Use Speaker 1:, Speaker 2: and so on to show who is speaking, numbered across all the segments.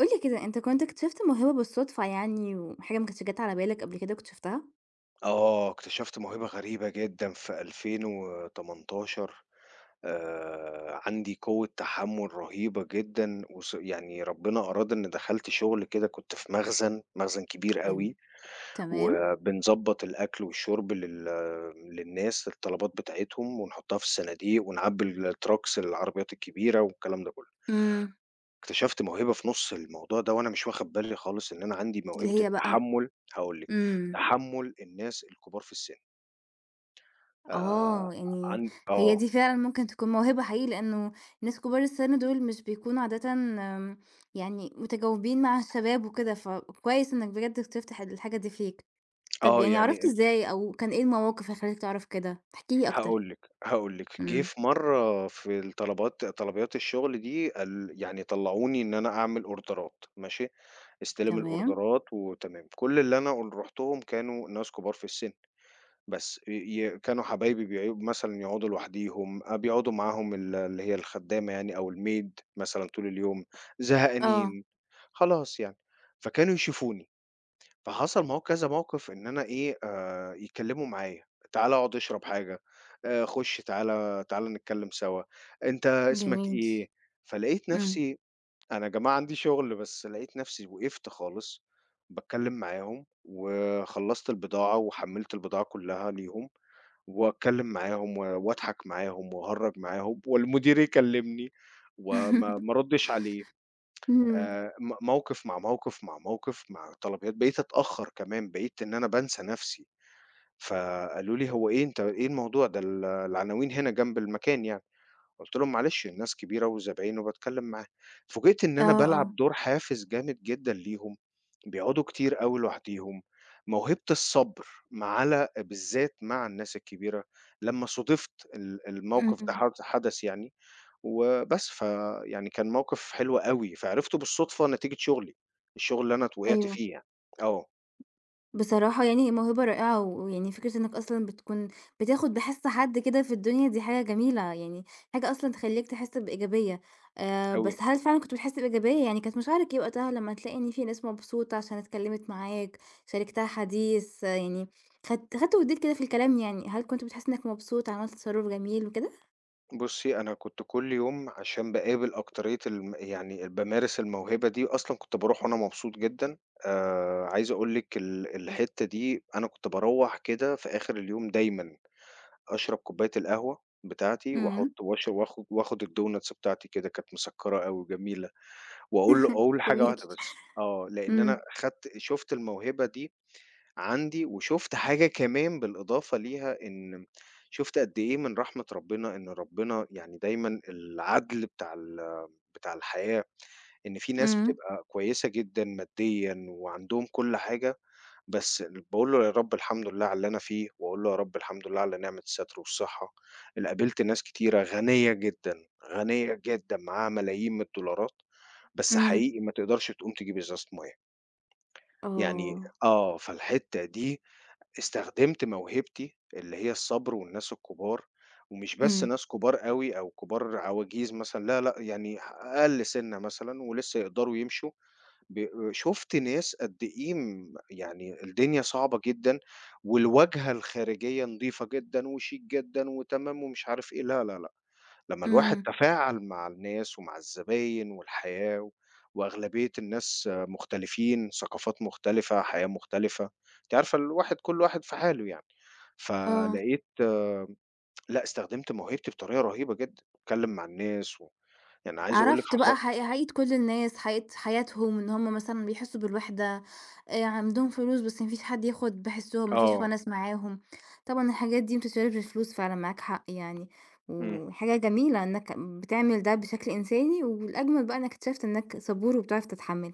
Speaker 1: قُل لي كده، أنت كنت اكتشفت موهبة بالصدفة يعني وحاجة ما كانتش جات على بالك قبل كده واكتشفتها؟
Speaker 2: آه، اكتشفت موهبة غريبة جدًا في 2018. عندي قوة تحمُّل رهيبة جدًا يعني ربنا أراد إن دخلت شغل كده، كنت في مخزن كبير
Speaker 1: يعني
Speaker 2: أوي،
Speaker 1: تمام.
Speaker 2: وبنضبّط الأكل والشرب للناس، الطلبات بتاعتهم ونحطها في الصناديق ونعبّي الtrucks، العربيات الكبيرة والكلام ده كلّه.
Speaker 1: إمم.
Speaker 2: اكتشفت موهبة في نُص الموضوع ده وأنا مش واخد بالي خالص إن أنا عندي موهبة
Speaker 1: اللي هي بقى؟
Speaker 2: التحمُّل. هاقول لِك،
Speaker 1: إمم.
Speaker 2: تحمُّل الناس الكبار في السِن. آه،
Speaker 1: آه. يعني
Speaker 2: عن
Speaker 1: هي
Speaker 2: آه،
Speaker 1: دي فعلًا ممكن تكون موهبة حقيقي، لإنه الناس كبار السن دول مش بيكونوا عادةً يعني متجاوبين مع الشباب وكده، فكويس إنّك بجد اكتشفت الحاجة دي فيك. طب
Speaker 2: آه،
Speaker 1: يعني
Speaker 2: يعني
Speaker 1: عرفت
Speaker 2: ال
Speaker 1: إزاي أو كان إيه المواقف اللي خلّتك تعرف كده؟ احكِ لي أكتر.
Speaker 2: هاقول لِك، جه
Speaker 1: إمم.
Speaker 2: في مرّة في طلبيات الشغل دي، قال يعني طلّعوني إن أنا أعمل أوردرات، ماشي، استلم
Speaker 1: تمام.
Speaker 2: الأوردرات وتمام. كل اللي أنا رُحتهم كانوا ناس كبار في السِن، بس ي ي كانوا حبايبي، مثلًا يقعدوا لوحديهم، بيقعدوا معاهم اللي هي الخدّامة يعني أو الmaid مثلًا طول اليوم،
Speaker 1: آه.
Speaker 2: زهقانين، خلاص يعني، فكانوا يشوفوني. فحصل ما هو كذا موقف إن أنا إيه، يتكلّموا معايا، تعالَ اقعد اشرب حاجة، خُش تعالَ نتكلّم سوا، أنت اسمك
Speaker 1: جميل.
Speaker 2: إيه؟ فلقيت
Speaker 1: إمم.
Speaker 2: نَفْسي، أنا يا جماعة عندي شُغل، بس لقيت نَفْسي وقفت خالص باتكلّم معاهم، وخلّصت البضاعة وحمّلت البضاعة كُلّها ليهم، واتكلّم معاهم واضحك معاهم واهرّج معاهم، والمدير يكلّمني وما ما اردّش عليه.
Speaker 1: إمم.
Speaker 2: م موقف مع موقف، مع موقف، مع طلبيات، بقيت أتأخّر كمان، بقيت إن أنا بانسى نَفْسي، فقالوا لي: "هو إيه أنت إيه الموضوع ده العناوين هنا جنب المكان يعني." قُلت لهم: "معلش الناس كبيرة وزباين وباتكلّم معاهم." فوجئت إن
Speaker 1: آه،
Speaker 2: أنا
Speaker 1: آه.
Speaker 2: بالعب دور حافز جامد جدًا ليهم، بيقعدوا كتير أوي لوحديهم، موهبة الصبر على بالذات مع الناس الكبيرة، لمّا صُدِفت
Speaker 1: إمم،
Speaker 2: الموقف ده
Speaker 1: إمم،
Speaker 2: حدث يعني وبس، فيعني كان موقف حلو أوي، فعرفته بالصدفة نتيجة شغلي، الشغل اللي أنا وقعت
Speaker 1: أيوه.
Speaker 2: فيه يعني. آه،
Speaker 1: بصراحة يعني هي موهبة رائعة، ويعني فكرة إنك أصلًا بتكون بتاخد بحِس حد كده في الدنيا دي حاجة جميلة، يعني حاجة أصلًا تخلّيك تحِس بإيجابية.
Speaker 2: أوي.
Speaker 1: بس هل فعلًا كنت بتحِس بإيجابية؟ يعني كانت مشاعرك إيه وقتها لمّا تلاقي إن في ناس مبسوطة عشان اتكلّمت معاك، شاركتها حديث، آه، يعني خدت وادّيت كده في الكلام يعني، هل كنت بتحِس إنك مبسوط، عملت تصرُّف جميل وكده؟
Speaker 2: بُصّي، أنا كنت كل يوم عشان باقابل أكترية الم يعني بامارس الموهبة دي، أصلًا كنت باروح وأنا مبسوط جدًا. عايز أقول لِك الحتّة دي، أنا كنت باروّح كده في آخر اليوم دايمًا أشرب كوباية القهوة بتاعتي،
Speaker 1: إمم،
Speaker 2: وأحط واش وآخد الdonuts بتاعتي كده، كانت مسكّرة أوي وجميلة، وأقول له أقول حاجة
Speaker 1: جميل.
Speaker 2: واحدة بس، آه، لإن أنا
Speaker 1: إمم،
Speaker 2: شُفت الموهبة دي عندي، وشُفت حاجة كمان بالإضافة ليها، إن شُفت قد إيه من رحمة ربنا، إن ربنا يعني دايمًا العدل بتاع الحياة، إن في ناس
Speaker 1: إمم،
Speaker 2: بتبقى كويسة جدًا ماديًا وعندهم كل حاجة، بس باقول له: "يا رب الحمد لله على اللي أنا فيه"، وأقول له: "يا رب الحمد لله على نعمة الستر والصحة." قابلت ناس كتيرة غنية جدًا، غنية جدًا معاها ملايين من الدولارات، بس
Speaker 1: إمم،
Speaker 2: حقيقي ما تقدرش تقوم تجيب إزازة مَيّة. يعني
Speaker 1: آه،
Speaker 2: آه، فالحتة دي استخدمت موهبتي اللي هي الصبر والناس الكبار، ومش بس
Speaker 1: إمم،
Speaker 2: ناس كبار أوي أو كبار عواجيز مثلًا، لا، لأ، يعني أقل سِنّة مثلًا ولسه يقدروا يمشوا. ب شُفت ناس قد إيه يعني الدنيا صعبة جدًا، والواجهة الخارجية نضيفة جدًا وشيك جدًا وتمام ومش عارف إيه، لا، لا، لأ. لمّا الواحد
Speaker 1: إمم،
Speaker 2: تفاعل مع الناس ومع الزباين والحياة، و وأغلبية الناس آه، مختلفين، ثقافات مختلفة، حياة مختلفة، أنتِ عارفة كل واحد في حاله يعني،
Speaker 1: آه.
Speaker 2: فلقيت آه، لأ استخدمت موهبتي بطريقة رهيبة جدًا، أتكلم مع الناس، يعني عايز أقول لِك
Speaker 1: عرفت
Speaker 2: حصل
Speaker 1: بقى حقيقة كل الناس، حقيقة حياتهم، إن هُم مثلًا بيحسّوا بالوحدة، عندهم فلوس بس ما فيش حد ياخد بحسّهم، ما فيش
Speaker 2: آه،
Speaker 1: ونس معاهم. طبعًا الحاجات دي ما بتتشربش بفلوس فعلًا معاك حق يعني،
Speaker 2: إمم،
Speaker 1: وحاجة جميلة إنك بتعمل ده بشكل إنساني، والأجمل بقى إنك اكتشفت إنك صبور وبتعرف تتحمّل.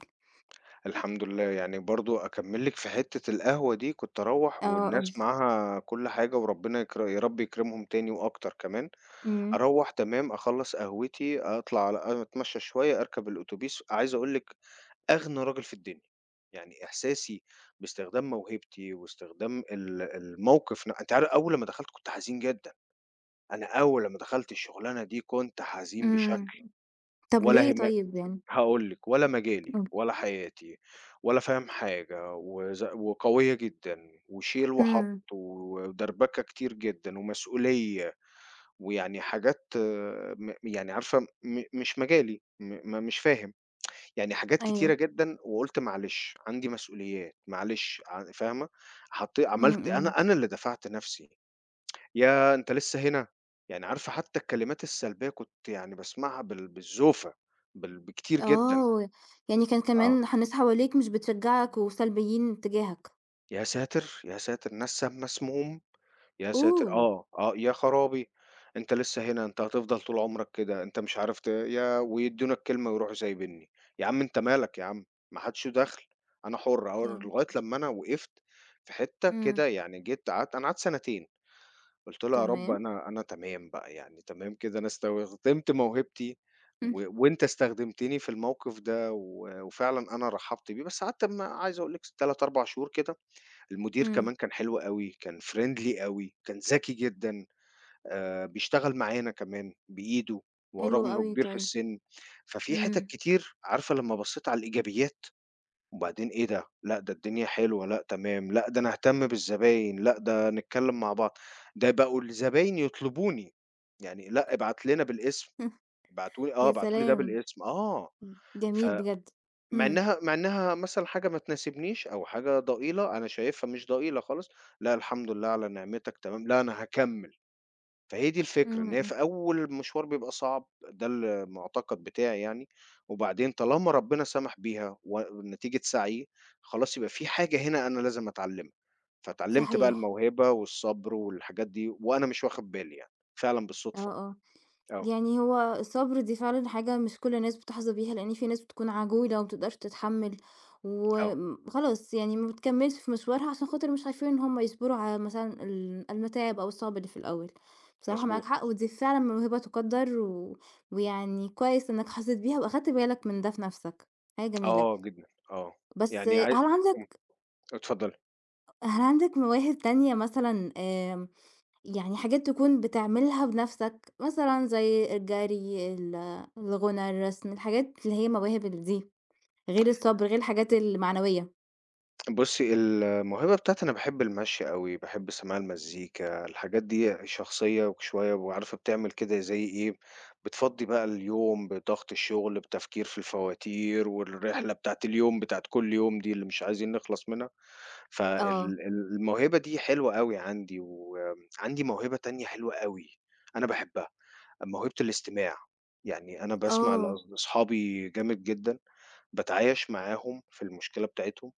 Speaker 2: الحمد لله. يعني برضه أكمّل لِك في حتّة القهوة دي، كنت أروّح
Speaker 1: آه قُل
Speaker 2: والناس
Speaker 1: لي.
Speaker 2: معاها كل حاجة، وربنا يا رب يكرمهم تاني وأكتر كمان.
Speaker 1: إمم،
Speaker 2: أروّح تمام، أخلّص قهوتي، أطلع على أتمشى شوية، أركب الأوتوبيس. عايز أقول لِك أغنى راجل في الدنيا، يعني إحساسي باستخدام موهبتي واستخدام الموقف. أنتِ أول لمّا دخلت كنت حزين جدًا، أنا أول لمّا دخلت الشغلانة دي كنت حزين
Speaker 1: إمم.
Speaker 2: بشكل.
Speaker 1: طب
Speaker 2: ولا
Speaker 1: ليه
Speaker 2: هم
Speaker 1: طيب يعني؟
Speaker 2: هاقول لِك، ولا مجالي
Speaker 1: إمم،
Speaker 2: ولا حياتي ولا فاهم حاجة، وقوية جدًا وشيل وحَط
Speaker 1: إمم،
Speaker 2: ودربكة كتير جدًا ومسؤولية. ويعني حاجات آه، يعني عارفة مش مجالي، م ما مش فاهم، يعني حاجات كتيرة
Speaker 1: أيوه،
Speaker 2: جدًا، وقُلت معلش، عندي مسؤوليات، معلش فاهمة،
Speaker 1: إمم،
Speaker 2: عملت،
Speaker 1: إمم.
Speaker 2: أنا اللي دفعت نفسي، ياه! أنت لسه هنا! يعني عارفة حتى الكلمات السلبية كنت يعني باسمعها بالزوفة، بكتير جدًا،
Speaker 1: آه، يعني كان
Speaker 2: آه.
Speaker 1: كمان الناس حواليك مش بتشجّعك وسلبيين تجاهك.
Speaker 2: يا ساتر! يا ساتر! نسّام مسموم، يا ساتر!
Speaker 1: أوه!
Speaker 2: آه، آه، يا خرابي! أنت لسه هنا، أنت هتفضل طول عمرك كده، أنت مش عارف يا ويدّونا الكلمة ويروحوا سايبينّي، يا عم أنت مالك يا عم، ما حدش له دخل، أنا حُر أهو،
Speaker 1: يعني
Speaker 2: لغاية لمّا أنا وقفت في حتّة
Speaker 1: إمم.
Speaker 2: كده يعني، جيت قعدت، أنا قعدت سنتين، قُلت لها يا رب
Speaker 1: تمام.
Speaker 2: أنا، أنا تمام بقى يعني، تمام كده أنا استخدمت موهبتي،
Speaker 1: إمم.
Speaker 2: وأنت استخدمتني في الموقف ده، وفعلًا أنا رحّبت بيه، بس قعدت عايز أقول لِك 3، 4 شهور كده. المدير
Speaker 1: إمم.
Speaker 2: كمان كان حلو أوي، كان friendly أوي، كان ذكي جدًا، بيشتغل معانا كمان بإيده، وهو
Speaker 1: حلو
Speaker 2: رغم إنه
Speaker 1: أوي
Speaker 2: كبير في
Speaker 1: طيب.
Speaker 2: السِن، ففي حِتت
Speaker 1: إمم.
Speaker 2: كتير عارفة لمّا بصّيت على الإيجابيات، وبعدين إيه ده! لأ ده الدنيا حلوة، لأ تمام، لأ ده أنا أهتم بالزباين، لأ ده نتكلّم مع بعض، ده بقوا الزباين يطلبوني، يعني لأ ابعت لنا بالاسم، ابعتوا لي آه
Speaker 1: يا
Speaker 2: ابعتوا لي ده
Speaker 1: سلام!
Speaker 2: بالاسم، آه. ف
Speaker 1: جميل بجد.
Speaker 2: مع
Speaker 1: إمم.
Speaker 2: إنها مع إنها مثلًا حاجة ما تناسبنيش أو حاجة ضئيلة، أنا شايفها مش ضئيلة خالص، لأ الحمد لله على نعمتك تمام، لأ أنا هاكمّل، فهي دي الفكرة،
Speaker 1: إمم،
Speaker 2: إن هي
Speaker 1: إمم.
Speaker 2: في أول المشوار بيبقى صعب، ده المعتقد بتاعي يعني، وبعدين طالما ربنا سمح بيها نتيجة سعيي، خلاص يبقى في حاجة هنا أنا لازم أتعلمها، فاتعلمت بقى
Speaker 1: صحيح.
Speaker 2: الموهبة والصبر والحاجات دي وأنا مش واخد بالي يعني، فعلًا
Speaker 1: آه،
Speaker 2: بالصدفة،
Speaker 1: آه.
Speaker 2: آه،
Speaker 1: يعني هو الصبر دي فعلًا حاجة مش كل الناس بتحظى بيها، لإن في ناس بتكون عجولة وما بتقدرش تتحمّل،
Speaker 2: آه،
Speaker 1: وخلاص يعني ما بتكمّلش في مشوارها عشان خاطر مش عارفين إن هم يصبروا على مثلًا المتاعب أو الصعاب اللي في الأول. بصراحة معاك
Speaker 2: مضبوط،
Speaker 1: حق، ودي فعلًا موهبة تُقدّر و ويعني كويس إنك حسّيت بيها وأخدت بالك من ده في نَفْسك، حاجة جميلة.
Speaker 2: آه جدًا، آه،
Speaker 1: بس
Speaker 2: يعني
Speaker 1: هل
Speaker 2: عاي إمم،
Speaker 1: عندك
Speaker 2: اتفضلي.
Speaker 1: هل عندك مواهب تانية مثلًا يعني حاجات تكون بتعملها بنفسك، مثلًا زي الجري، الغُنى، الرسم، الحاجات اللي هي مواهب دي، غير الصبر، غير الحاجات المعنوية.
Speaker 2: بُصّي، الموهبة بتاعتي، أنا باحب المشي أوي، باحب سماع المزيكا، الحاجات دي شخصية شوية وعارفة بتعمل كده زي إيه، بتفضّي بقى اليوم بضغط الشغل، بتفكير في الفواتير والرحلة بتاعة اليوم بتاعة كل يوم دي اللي مش عايزين نخلص منها،
Speaker 1: آه،
Speaker 2: فال الموهبة دي حلوة أوي عندي، وعندي موهبة تانية حلوة أوي، أنا باحبها. موهبة الاستماع، يعني أنا باسمع
Speaker 1: آه،
Speaker 2: أصحابي جامد جدًا، باتعايش معاهم في المشكلة بتاعتهم،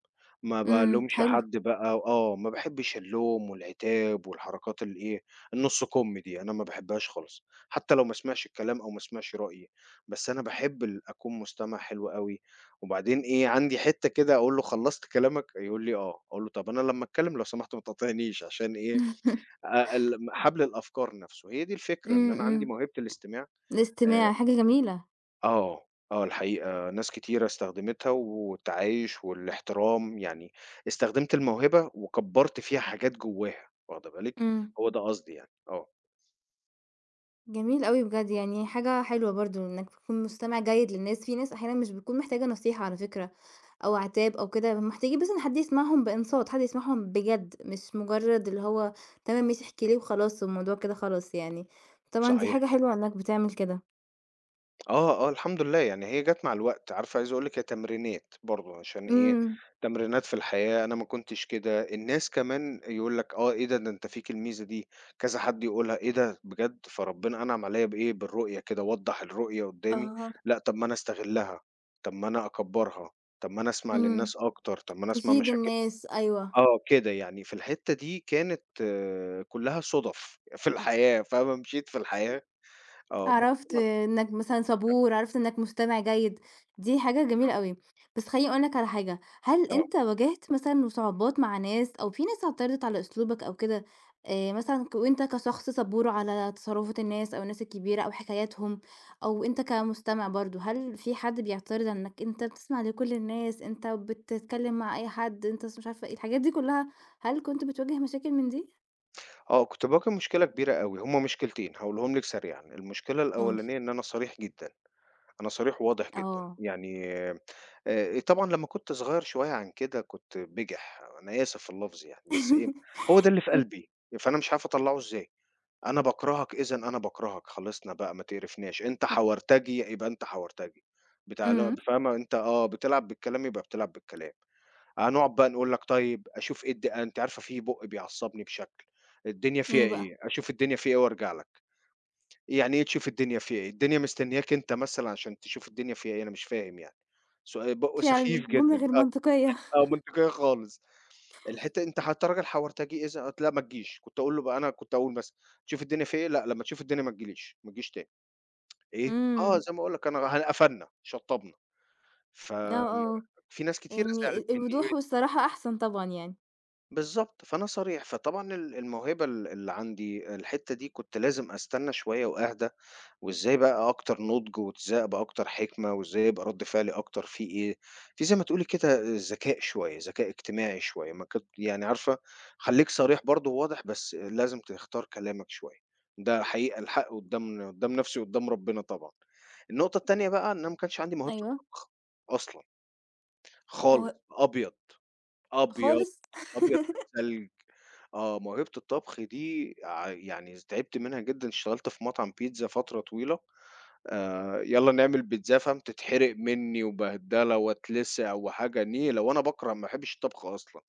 Speaker 2: ما
Speaker 1: إمم،
Speaker 2: بالومش
Speaker 1: حلو.
Speaker 2: حد بقى آه، ما باحبش اللوم والعتاب والحركات الإيه، النُص كُم دي، أنا ما باحبهاش خالص، حتى لو ما سمعش الكلام أو ما سمعش رأيي، بس أنا باحب أكون مستمع حلو أوي. وبعدين إيه، عندي حتّة كده أقول له: "خلّصت كلامك؟" يقول لي: "آه." أقول له: "طَب أنا لمّا أتكلم لو سمحت ما تقاطعنيش عشان إيه، ال حبل الأفكار نَفْسه، هي دي الفكرة، إن
Speaker 1: إمم،
Speaker 2: أنا عندي
Speaker 1: إمم،
Speaker 2: موهبة الاستماع. آآ
Speaker 1: الاستماع حاجة جميلة،
Speaker 2: آه، آه الحقيقة ناس كتيرة استخدمتها والتعايش والاحترام، يعني استخدمت الموهبة وكبّرت فيها حاجات جوّاها واخدة بالِك،
Speaker 1: إمم،
Speaker 2: هو ده قصدي يعني، آه،
Speaker 1: جميل أوي بجد، يعني حاجة حلوة برضه إنك تكون مستمع جيد للناس، في ناس أحيانًا مش بتكون محتاجة نصيحة على فكرة. أو عتاب أو كده، محتاجين بس إن حد يسمعهم بإنصات، حد يسمعهم بجد، مش مجرد اللي هو تمام ماشي احكِ لي وخلاص والموضوع كده خلاص يعني. طبعًا دي
Speaker 2: صحيح.
Speaker 1: حاجة حلوة إنك بتعمل كده.
Speaker 2: آه، آه، الحمد لله، يعني هي جات مع الوقت، عارفة عايز أقول لِك هي تمرينات برضه عشان إيه،
Speaker 1: إمم.
Speaker 2: تمرينات في الحياة، أنا ما كنتش كده، الناس كمان يقول لك آه، إيه ده، ده أنت فيك الميزة دي، كذا حد يقولها، إيه ده بجد، فربنا أنعم عليَّ بإيه، بالرؤية كده، وضّح الرؤية قدّامي،
Speaker 1: آه.
Speaker 2: لأ طب ما أنا أستغلها، طب ما أنا أكبّرها، طب ما أنا أسمع
Speaker 1: إمم.
Speaker 2: للناس أكتر، طب ما أنا أسمع
Speaker 1: تفيد
Speaker 2: مشاكل
Speaker 1: الناس، أيوه.
Speaker 2: آه، كده يعني في الحتّة دي كانت آه، كلّها صُدَف في الحياة، فاهمة، مشيت في الحياة، آه، بس
Speaker 1: عرفت
Speaker 2: طبعًا
Speaker 1: إنك مثلًا صبور، عرفت إنك مستمع جيد، دي حاجة جميلة أوي، بس خلّيني أقول لك على حاجة، هل أنت واجهت مثلًا صعوبات مع ناس أو في ناس اعترضت على أسلوبك أو كده، مثلًا وأنت كشخص صبور على تصرفات الناس أو الناس الكبيرة أو حكاياتهم، أو أنت كمستمع برضه، هل في حد بيعترض على إنك أنت بتسمع لكل الناس، أنت بتتكلم مع أي حد، أنت س مش عارفة إيه، الحاجات دي كلها، هل كنت بتواجه مشاكل من دي؟
Speaker 2: آه، كنت باواجه مشكلة كبيرة أوي، هُم مشكلتين هاقولهم لِك سريعًا، المشكلة
Speaker 1: قُل.
Speaker 2: الأولانية إن أنا صريح جدًا، أنا صريح وواضح جدًا،
Speaker 1: آه.
Speaker 2: يعني طبعًا لمّا كنت صغير شوية عن كده كنت بِجِح، أنا آسف في اللفظ يعني، بس إيه، هو ده اللي في قلبي، فأنا مش عارف أطلّعه إزاي، أنا باكرهك إذًا أنا باكرهك، خلصنا بقى ما تقرفناش، أنت حورتجي يبقى أنت حورتجي، بتاع اللي هو
Speaker 1: إمم،
Speaker 2: فاهمة، أنت آه، بتلعب بالكلام يبقى بتلعب بالكلام. هنقعد بقى نقول لك طيب أشوف إيه أنتِ عارفة في بُق بيعصّبني بشكل، الدنيا فيها
Speaker 1: إيه بقى؟
Speaker 2: إيه، أشوف الدنيا فيها إيه وأرجع لك، يعني إيه تشوف الدنيا فيها إيه، الدنيا مستنياك أنت مثلًا عشان تشوف الدنيا فيها إيه، أنا مش فاهم يعني، سؤال بُق
Speaker 1: فعلًا
Speaker 2: سخيف
Speaker 1: جملة
Speaker 2: جدًا،
Speaker 1: غير
Speaker 2: آه،
Speaker 1: منطقية.
Speaker 2: آه منطقية خالص، الحتّة أنت حتى راجل حورتجي إذا قلت لأ ما تجيش، كنت أقول له بقى أنا كنت أقول مثلًا تشوف الدنيا فيها إيه، لأ لمّا تشوف الدنيا ما تجيليش، ما تجيش تاني، إيه، آه
Speaker 1: إمم.
Speaker 2: زي ما باقول لك أنا قفلنا، شطّبنا، ف
Speaker 1: آه، آه.
Speaker 2: في ناس كتيرة
Speaker 1: يعني
Speaker 2: زعلت منّي،
Speaker 1: الوضوح والصراحة أحسن طبعًا يعني.
Speaker 2: بالضبط، فأنا صريح، فطبعًا الموهبة اللي عندي الحتّة دي كنت لازم أستنى شوية وأهدى، وإزاي بقى أكتر نضج، وإزاي أبقى أكتر حكمة، وإزاي يبقى رَد فعلي أكتر في إيه، في زي ما تقولي كده ذكاء شوية، ذكاء اجتماعي شوية، ما كنت يعني عارفة خلّيك صريح برضه وواضح، بس لازم تختار كلامك شوية، ده حقيقة الحق قدّام نفسي وقدّام ربنا طبعًا. النقطة التانية بقى إن أنا ما كانش عندي موهبة
Speaker 1: أيوه.
Speaker 2: الطبخ أصلًا
Speaker 1: ما
Speaker 2: خالص،
Speaker 1: هو
Speaker 2: أبيض. أبيض،
Speaker 1: خالص!
Speaker 2: أبيض كالثلج. آه، موهبة الطبخ دي يعني تعبت منها جدًا، اشتغلت في مطعم بيتزا فترة طويلة، يالّا نعمل بيتزاه فاهم، تتحرق منّي وبهدلة واتلسع وحاجة نيلة، وأنا باكره ما باحبش الطبخ أصلًا.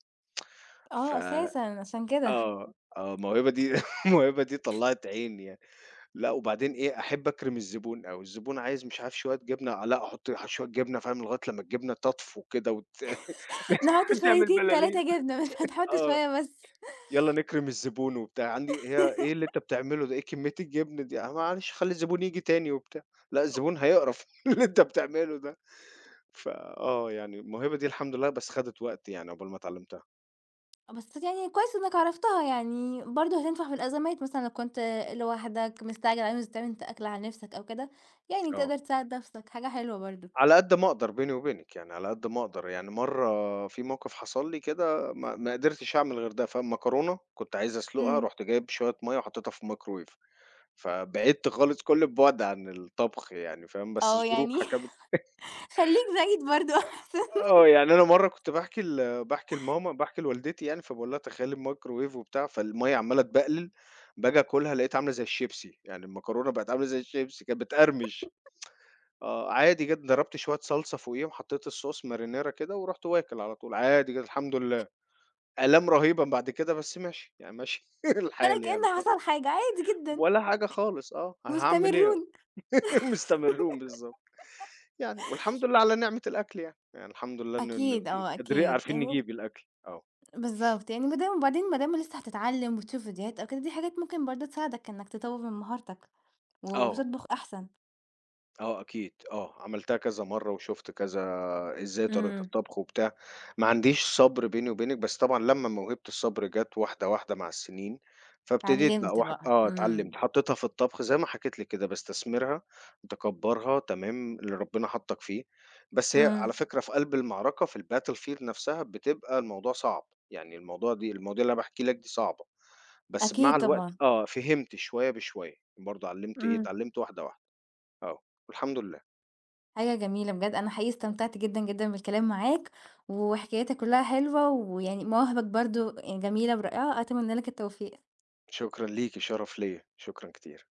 Speaker 2: ف
Speaker 1: آه أساسًا، عشان كده.
Speaker 2: آه، آه الموهبة دي الموهبة دي طلّعت عيني يعني. لأ وبعدين إيه، أحب أكرم الزبون أوي، الزبون عايز مش عارف شوية جبنة، آه، لأ حُط شوية جبنة فاهم، لغاية لمّا الجبنة تطفو كده
Speaker 1: نحط
Speaker 2: تعمل
Speaker 1: شويتين
Speaker 2: بلالين.
Speaker 1: 3 جبنة مش هنحط
Speaker 2: آه.
Speaker 1: شوية بس.
Speaker 2: يالّا نكرم الزبون وبتاع، عندي هي إيه اللي أنت بتعمله ده، إيه كمية الجبن دي، آه معلش خلّي الزبون ييجي تاني وبتاع، لأ الزبون هيقرف من اللي أنت بتعمله ده، فآه يعني الموهبة دي الحمد لله بس خدت وقت يعني عقبال ما اتعلمتها،
Speaker 1: بس يعني كويس إنك عرفتها يعني، برضه هتنفع في الأزمات مثلًا لو كنت لوحدك، مستعجل عاوز تعمل أنت أكل على نِفْسك أو كده، يعني
Speaker 2: آه،
Speaker 1: تقدر تساعد نَفْسك، حاجة حلوة برضه.
Speaker 2: على قد ما أقدر بيني وبينِك، يعني على قد ما أقدر، يعني مرّة في موقف حصل لي كده ما قدرتش أعمل غير ده، فمكرونة كنت عايز أسلقها،
Speaker 1: إمم.
Speaker 2: رُحت جايب شوية مَيّة وحطيتها في الميكروويف، فبعدت خالص كل البُعد عن الطبخ يعني فاهم، بس
Speaker 1: آه،
Speaker 2: الظروف
Speaker 1: يعني
Speaker 2: حكمت
Speaker 1: خلّيك زايد برضه أحسن
Speaker 2: آه، يعني أنا مرّة كنت باحكي ل باحكي لماما باحكي لوالدتي يعني، فباقول لها تخيّلي الميكروويف وبتاع، فالمَيّة عمّالة تبقلل، باجي آكلها لقيتها عاملة زي الشيبسي، يعني المكرونة بقت عاملة زي الشيبسي، كانت بتقرمش. آه، عادي جدًا، ضربت شوية صلصة فوقيهم، حطيت الصوص مارينيرا كده ورُحت واكل على طول، عادي جدًا الحمد لله. آلام رهيبة بعد كده بس ماشي، يعني ماشي
Speaker 1: ولا
Speaker 2: الحال يعني
Speaker 1: كأن
Speaker 2: فاهم،
Speaker 1: حصل حاجة، عادي جدًا.
Speaker 2: ولا حاجة خالص آه، هاعمل إيه
Speaker 1: مستمرون.
Speaker 2: مستمرّون بالضبط. يعني والحمد لله على نعمة الأكل يعني، يعني الحمد لله إن
Speaker 1: أكيد
Speaker 2: في
Speaker 1: آه،
Speaker 2: قادرين
Speaker 1: أكيد.
Speaker 2: عارفين
Speaker 1: يعني
Speaker 2: نجيب الأكل، آه.
Speaker 1: بالضبط. يعني ما دام وبعدين ما دام لسه هتتعلّم وتشوف فيديوهات أو كده، دي حاجات ممكن برضه تساعدك إنّك تطوّر من مهارتك
Speaker 2: آه،
Speaker 1: وتطبخ أحسن.
Speaker 2: آه أكيد، آه، عملتها كذا مرّة وشُفت كذا إزاي طريقة
Speaker 1: إمم.
Speaker 2: الطبخ وبتاع، ما عنديش صبر بيني وبينِك، بس طبعًا لمّا موهبة الصبر جات واحدة، واحدة مع السنين، فابتديت بقى
Speaker 1: اتعلّمت
Speaker 2: واحد
Speaker 1: بقى.
Speaker 2: آه، اتعلّمت،
Speaker 1: إمم.
Speaker 2: حطيتها في الطبخ زي ما حكيت لِك كده، باستثمرها، باكبّرها تمام، اللي ربنا حطّك فيه، بس هي على
Speaker 1: إمم.
Speaker 2: فكرة في قلب المعركة في الbattle field نفسها بتبقى الموضوع صعب، يعني الموضوع دي المواضيع اللي أنا باحكي لك دي صعبة، بس مع
Speaker 1: أكيد
Speaker 2: الوقت
Speaker 1: طبعًا.
Speaker 2: آه، فهمت شوية بشوية، برضه علّمت إيه،
Speaker 1: إمم.
Speaker 2: اتعلّمت واحدة، واحدة. آه، والحمد لله.
Speaker 1: حاجة جميلة بجد. أنا حقيقي استمتعت جدًا، جدًا بالكلام معاك وحكايتك كُلّها حلوة ويعني مواهبك برضه يعني جميلة ورائعة، أتمنى لك التوفيق.
Speaker 2: شكرًا ليكِ، شرف ليّا، شكرًا كتير.